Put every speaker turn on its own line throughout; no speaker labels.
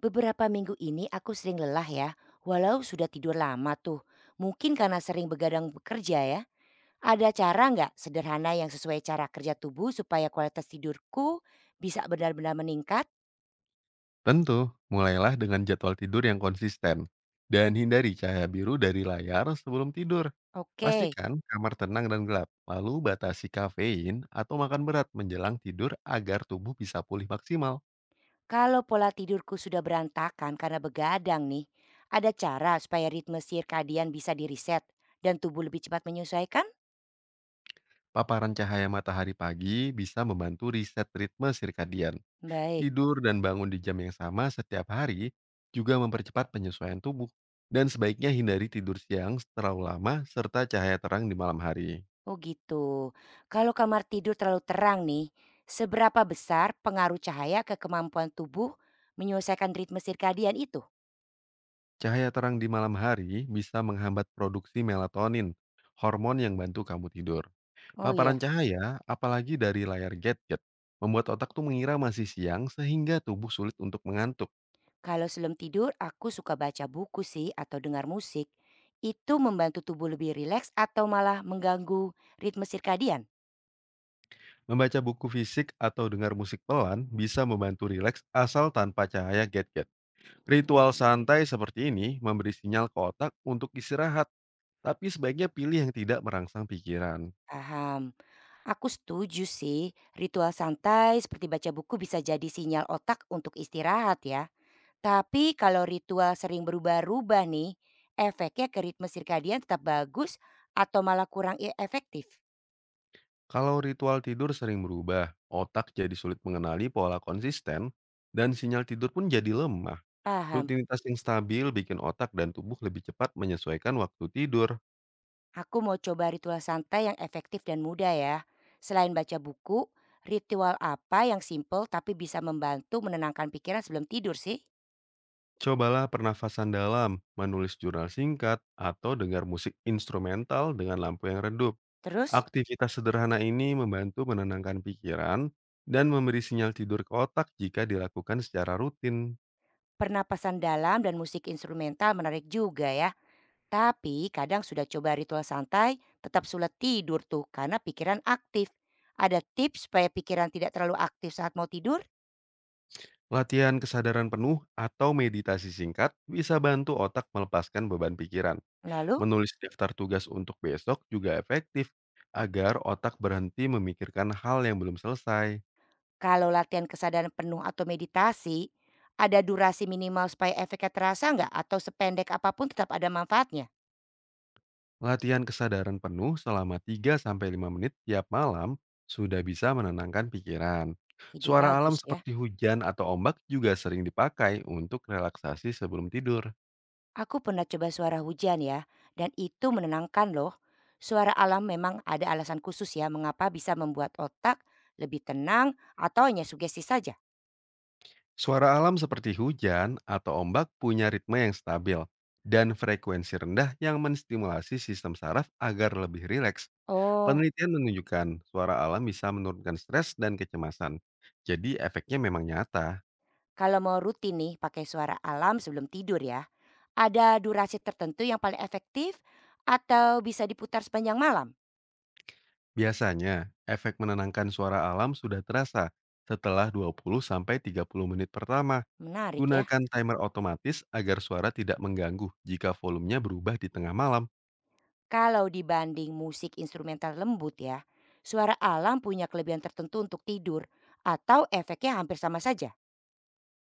Beberapa minggu ini aku sering lelah ya, walau sudah tidur lama tuh. Mungkin karena sering begadang bekerja ya. Ada cara nggak sederhana yang sesuai cara kerja tubuh supaya kualitas tidurku bisa benar-benar meningkat?
Tentu, mulailah dengan jadwal tidur yang konsisten dan hindari cahaya biru dari layar sebelum tidur.
Oke,
Pastikan kamar tenang dan gelap, lalu batasi kafein atau makan berat menjelang tidur agar tubuh bisa pulih maksimal.
kalau pola tidurku sudah berantakan karena begadang nih, ada cara supaya ritme sirkadian bisa diriset dan tubuh lebih cepat menyesuaikan?
Paparan cahaya matahari pagi bisa membantu riset ritme sirkadian.
Baik.
Tidur dan bangun di jam yang sama setiap hari juga mempercepat penyesuaian tubuh. Dan sebaiknya hindari tidur siang terlalu lama serta cahaya terang di malam hari.
Oh gitu. Kalau kamar tidur terlalu terang nih, seberapa besar pengaruh cahaya ke kemampuan tubuh menyelesaikan ritme sirkadian itu?
Cahaya terang di malam hari bisa menghambat produksi melatonin, hormon yang bantu kamu tidur.
Oh iya,
Paparan cahaya, apalagi dari layar gadget, membuat otak tuh mengira masih siang sehingga tubuh sulit untuk mengantuk.
kalau sebelum tidur aku suka baca buku sih atau dengar musik. Itu membantu tubuh lebih rileks atau malah mengganggu ritme sirkadian?
Membaca buku fisik atau dengar musik pelan bisa membantu rileks asal tanpa cahaya gadget. Ritual santai seperti ini memberi sinyal ke otak untuk istirahat, tapi sebaiknya pilih yang tidak merangsang pikiran.
Paham. Aku setuju sih, ritual santai seperti baca buku bisa jadi sinyal otak untuk istirahat ya. Tapi kalau ritual sering berubah-ubah nih, efeknya ke ritme sirkadian tetap bagus atau malah kurang efektif?
Kalau ritual tidur sering berubah, otak jadi sulit mengenali pola konsisten, dan sinyal tidur pun jadi lemah.
Paham.
Rutinitas yang stabil bikin otak dan tubuh lebih cepat menyesuaikan waktu tidur.
Aku mau coba ritual santai yang efektif dan mudah ya. Selain baca buku, ritual apa yang simple tapi bisa membantu menenangkan pikiran sebelum tidur sih?
Cobalah pernafasan dalam, menulis jurnal singkat, atau dengar musik instrumental dengan lampu yang redup.
Terus,
Aktivitas sederhana ini membantu menenangkan pikiran dan memberi sinyal tidur ke otak jika dilakukan secara rutin.
pernapasan dalam dan musik instrumental menarik juga ya. Tapi kadang sudah coba ritual santai, tetap sulit tidur tuh karena pikiran aktif. Ada tips supaya pikiran tidak terlalu aktif saat mau tidur?
Latihan kesadaran penuh atau meditasi singkat bisa bantu otak melepaskan beban pikiran.
Lalu,
Menulis daftar tugas untuk besok juga efektif agar otak berhenti memikirkan hal yang belum selesai.
kalau latihan kesadaran penuh atau meditasi, ada durasi minimal supaya efeknya terasa nggak? Atau sependek apapun tetap ada manfaatnya?
Latihan kesadaran penuh selama tiga sampai lima menit tiap malam sudah bisa menenangkan pikiran.
Ide
Suara alam
bagus ya.
seperti hujan atau ombak juga sering dipakai untuk relaksasi sebelum tidur.
Aku pernah coba suara hujan ya, dan itu menenangkan loh. Suara alam memang ada alasan khusus ya mengapa bisa membuat otak lebih tenang atau hanya sugesti saja.
Suara alam seperti hujan atau ombak punya ritme yang stabil dan frekuensi rendah yang menstimulasi sistem saraf agar lebih rileks.
Oh,
Penelitian menunjukkan suara alam bisa menurunkan stres dan kecemasan. Jadi efeknya memang nyata.
kalau mau rutin nih pakai suara alam sebelum tidur ya, ada durasi tertentu yang paling efektif atau bisa diputar sepanjang malam?
Biasanya, efek menenangkan suara alam sudah terasa setelah 20-30 menit pertama.
Menarik ya.
Gunakan timer otomatis agar suara tidak mengganggu jika volumenya berubah di tengah malam.
Kalau dibanding musik instrumental lembut ya, suara alam punya kelebihan tertentu untuk tidur atau efeknya hampir sama saja.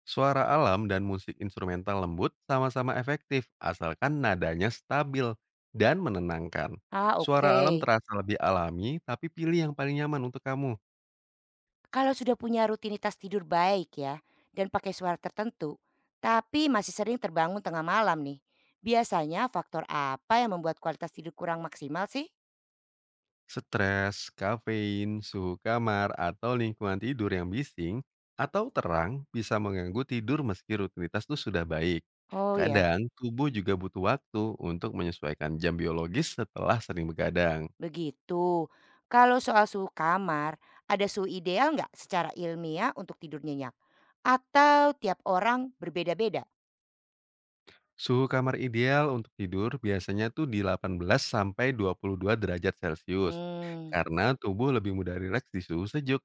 Suara alam dan musik instrumental lembut sama-sama efektif asalkan nadanya stabil dan menenangkan.
Ah
Suara alam
oke,
terasa lebih alami, tapi pilih yang paling nyaman untuk kamu.
kalau sudah punya rutinitas tidur baik ya dan pakai suara tertentu, tapi masih sering terbangun tengah malam nih. Biasanya faktor apa yang membuat kualitas tidur kurang maksimal sih?
Stres, kafein, suhu kamar, atau lingkungan tidur yang bising atau terang bisa mengganggu tidur meski rutinitas itu sudah baik.
Oh ya.
Kadang tubuh juga butuh waktu untuk menyesuaikan jam biologis setelah sering begadang.
Begitu. Kalau soal suhu kamar, ada suhu ideal nggak secara ilmiah untuk tidur nyenyak? Atau tiap orang berbeda-beda?
Suhu kamar ideal untuk tidur biasanya tuh di 18 sampai 22 derajat Celcius.
Hmm.
Karena tubuh lebih mudah rileks di suhu sejuk.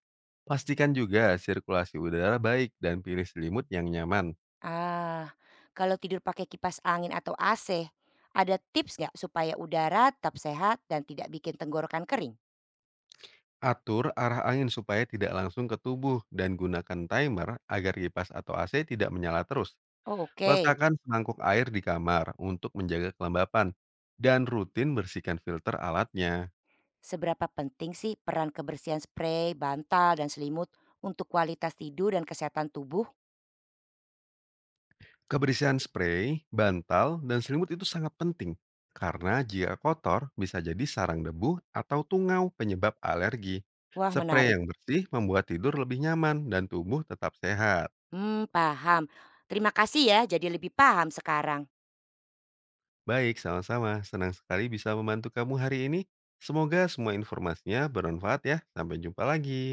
Pastikan juga sirkulasi udara baik dan pilih selimut yang nyaman.
Ah, kalau tidur pakai kipas angin atau AC, ada tips nggak supaya udara tetap sehat dan tidak bikin tenggorokan kering?
Atur arah angin supaya tidak langsung ke tubuh dan gunakan timer agar kipas atau AC tidak menyala terus.
Oh, oke.
Letakkan semangkuk air di kamar untuk menjaga kelembapan dan rutin bersihkan filter alatnya.
Seberapa penting sih peran kebersihan spray, bantal, dan selimut untuk kualitas tidur dan kesehatan tubuh?
Kebersihan spray, bantal, dan selimut itu sangat penting karena jika kotor bisa jadi sarang debu atau tungau penyebab alergi.
Wah,
Spray
menarik.
yang bersih membuat tidur lebih nyaman dan tubuh tetap sehat.
Hmm, paham. Terima kasih ya, jadi lebih paham sekarang.
Baik, sama-sama. Senang sekali bisa membantu kamu hari ini. Semoga semua informasinya bermanfaat ya. Sampai jumpa lagi.